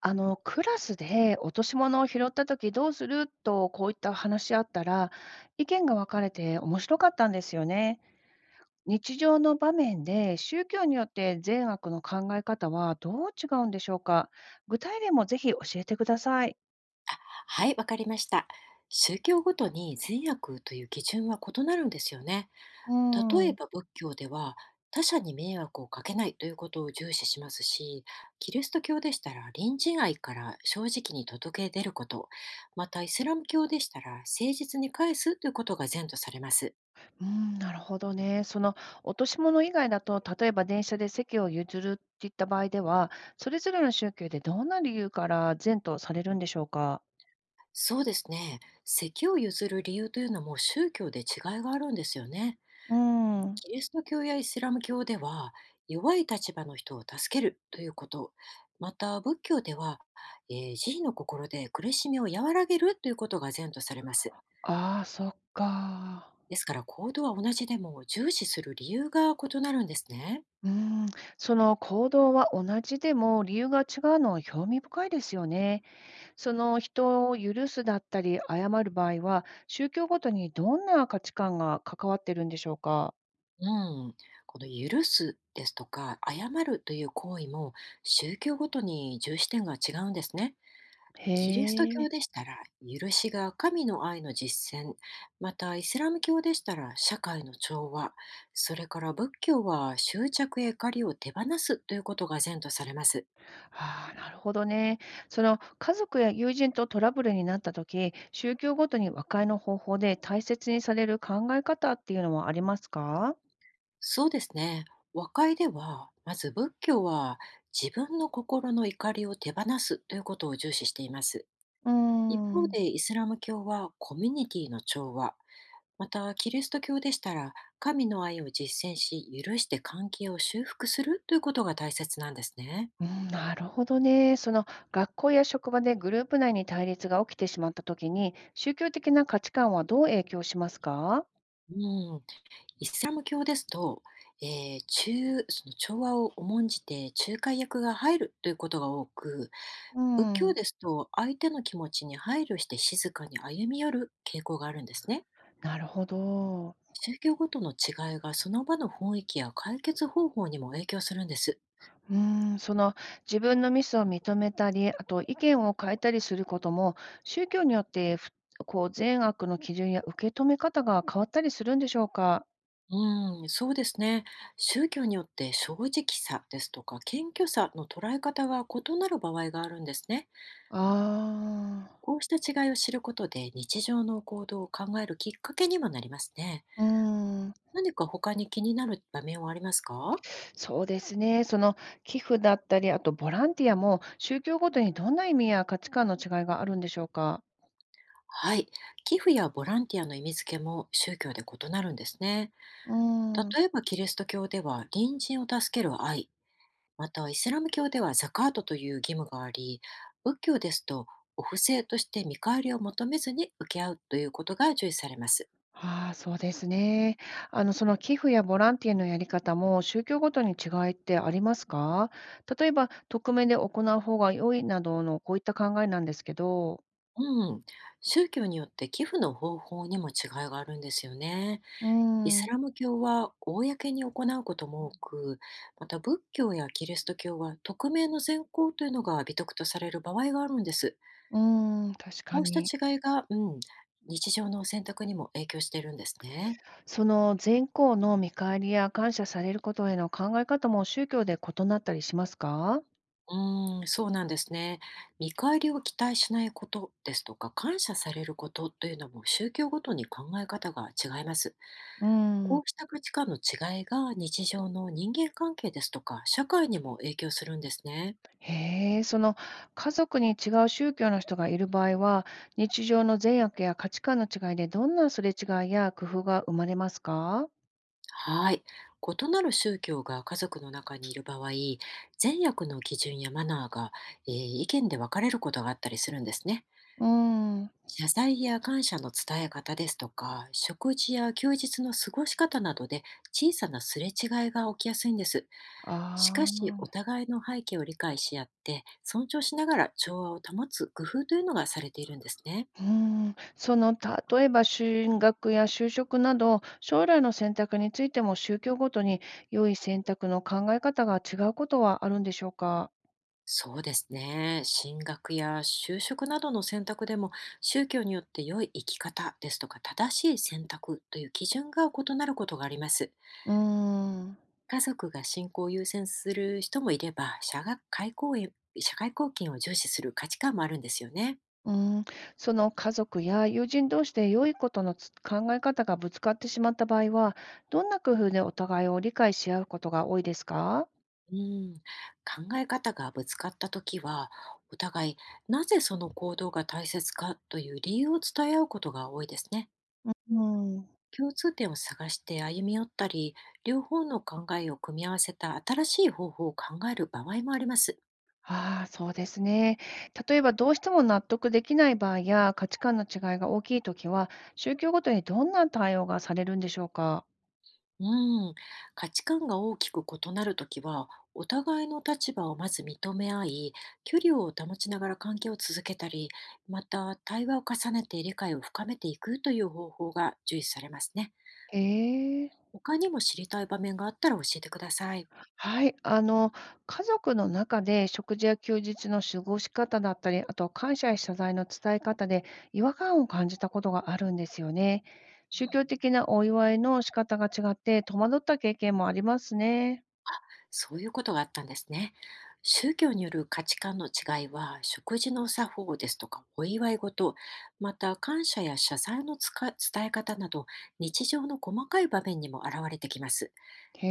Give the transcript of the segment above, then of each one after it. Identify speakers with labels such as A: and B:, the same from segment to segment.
A: クラスで落とし物を拾ったときどうするとこういった話し合ったら、意見が分かれて面白かったんですよね。日常の場面で宗教によって善悪の考え方はどう違うんでしょうか。具体例もぜひ教えてください。
B: あ、はい、わかりました。宗教ごとに善悪という基準は異なるんですよね。
A: う
B: 例
A: ん、
B: え
A: う
B: ば仏教では他者に迷惑をかけないということを重視しますし、キリスト教でしたら隣人愛から正直に届け出ること、またイスラム教でしたら誠実に返すということが善とされます。
A: ん、なるほどね。その落とし物以外だと、例えば電車で席を譲るっていった場合では、それぞれの宗教でどんな理由から善とされるんでしょうか。
B: そうですね。席を譲る理由というのも宗教で違いがあるんですよね。
A: うん、
B: キリスト教やイスラム教では弱い立場の人を助けるということ、また仏教では、慈悲の心で苦しみを和らげるということが善とされます。
A: ああ、そっか。
B: ですから行動は同じでも重視する理由が異なるんですね。
A: うーん、その行動は同じでも理由が違うのは興味深いですよね。その人を許すだったり謝る場合は宗教ごとにどんな価値観が関わってるんでしょうか。
B: うん、この許すですとか謝るという行為も宗教ごとに重視点が違うんですね。
A: へ
B: キリスト
A: え、
B: 教でしたら、許しが神の愛の実践、またイスラム教でしたら社会の調和、それから仏教は執着や怒りを手放すということが善とされます。
A: ああ、なるほどね。その家族や友人とトラブルになった時、宗教ごとに和解の方法で大切にされる考え方っていうのはありますか？
B: そうですね。和解では、まず仏教は自分の心の怒りを手放すということを重視しています。
A: うー
B: 一方
A: ん。
B: でイスラム教はコミュニティの調和、また、キリスト教でしたら、神の愛を実践し、許して関係を修復するということが大切なんですね。
A: うん、なるほどね。その学校や職場でグループ内に対立が起きてしまったときに、宗教的な価値観はどう影響しますか。
B: うん、イスラム教ですと、中その調和を重んじて仲介役が入るということが多く、
A: う
B: 仏教
A: ん、
B: ですと相手の気持ちに配慮して静かに歩み寄る傾向があるんですね。
A: なるほど。
B: 宗教ごとの違いがその場の雰囲気や解決方法にも影響するんです。
A: うん、その自分のミスを認めたり、あと意見を変えたりすることも、宗教によってこう善悪の基準や受け止め方が変わったりするんでしょうか。
B: うん、そうですね。宗教によって正直さですとか謙虚さの捉え方が異なる場合があるんですね。
A: あ
B: こうした違いを知ることで日常の行動を考えるきっかけにもなりますね。
A: あー、うん。
B: 何か他に気になる場面はありますか？
A: そうですね。その寄付だったり、あとボランティアも宗教ごとにどんな意味や価値観の違いがあるんでしょうか？
B: はい。寄付やボランティアの意味付けも宗教で異なるんですね。
A: うーん。
B: 例えばキリスト教では隣人を助ける愛、また、イスラム教ではザカートという義務があり、仏教ですと、お布施として見返りを求めずに受け合うということが重視されます。
A: ああ、そうですね。その寄付やボランティアのやり方も宗教ごとに違いってありますか？例えば、匿名で行う方が良いなどのこういった考えなんですけど。
B: うん、宗教によって寄付の方法にも違いがあるんですよね。
A: うー
B: イス
A: ん、
B: ラム教は公に行うことも多く、また仏教やキリスト教は匿名の善行というのが美徳とされる場合があるんです。
A: うーん、確
B: こ
A: か
B: うした
A: に。
B: 違いが、うん、日常の選択にも影響しているんですね。
A: その善行の見返りや感謝されることへの考え方も宗教で異なったりしますか？
B: うーん、そうなんですね。見返りを期待しないことですとか、感謝されることというのも宗教ごとに考え方が違います。
A: う
B: こ
A: ん。
B: うした価値観の違いが日常の人間関係ですとか、社会にも影響するんですね。
A: へえ、その家族に違う宗教の人がいる場合は、日常の善悪や価値観の違いでどんなすれ違いや工夫が生まれますか。
B: はい。異なる宗教が家族の中にいる場合、善悪の基準やマナーが、えー意見で分かれることがあったりするんですね。
A: うーん。
B: 謝罪や感謝の伝え方ですとか、食事や休日の過ごし方などで小さなすれ違いが起きやすいんです。し
A: あ
B: かし、お
A: あ、
B: 互いの背景を理解し合って、尊重しながら調和を保つ工夫というのがされているんですね。
A: うーん。その、例えば進学や就職など、将来の選択についても宗教ごとに良い選択の考え方が違うことはあるんでしょうか。
B: そうですね。進学や就職などの選択でも、宗教によって良い生き方ですとか、正しい選択という基準が異なることがあります。
A: うーん。
B: 家族が信仰を優先する人もいれば、社学会公演社会貢献を重視する価値観もあるんですよね。
A: うーん、その家族や友人同士で良いことの考え方がぶつかってしまった場合は、どんな工夫でお互いを理解し合うことが多いですか。
B: うん、考え方がぶつかった時は、お互いなぜその行動が大切かという理由を伝え合うことが多いですね。
A: うーん、
B: 共通点を探して歩み寄ったり、両方の考えを組み合わせた新しい方法を考える場合もあります。
A: ああ、そうですね。例えば、どうしても納得できない場合や価値観の違いが大きいときは、宗教ごとにどんな対応がされるんでしょうか。
B: うん、価値観が大きく異なるときは、お互いの立場をまず認め合い、距離を保ちながら関係を続けたり、また対話を重ねて理解を深めていくという方法が重視されますね。
A: へえ。
B: 他にも知りたい場面があったら教えてください。
A: はい、家族の中で食事や休日の過ごし方だったり、あと感謝や謝罪の伝え方で違和感を感じたことがあるんですよね。
B: う
A: 宗
B: ん、
A: 教的なお祝いの仕方が違って戸惑った経験もありますね。
B: そういうことがあったんですね。宗教による価値観の違いは、食事の作法ですとか、お祝い事、また感謝や謝罪の伝え方など、日常の細かい場面にも現れてきます。
A: へ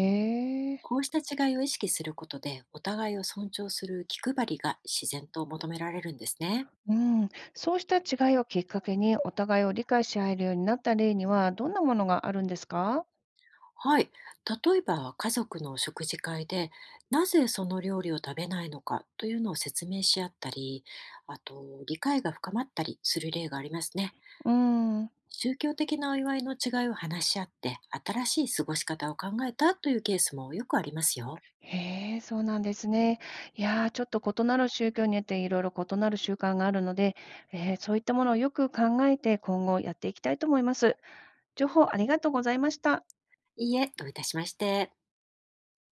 A: え。
B: こうした違いを意識することで、お互いを尊重する気配りが自然と求められるんですね。
A: うん、そうした違いをきっかけにお互いを理解し合えるようになった例にはどんなものがあるんですか？
B: はい。例えば、家族の食事会で、なぜその料理を食べないのかというのを説明し合ったり、あと、理解が深まったりする例がありますね。
A: うん。
B: 宗教的なお祝いの違いを話し合って、新しい過ごし方を考えたというケースもよくありますよ。
A: へえ、そうなんですね。いやー、ちょっと異なる宗教によっていろいろ異なる習慣があるので、そういったものをよく考えて、今後やっていきたいと思います。情報ありがとうございました。
B: いいえ、どういたしまして。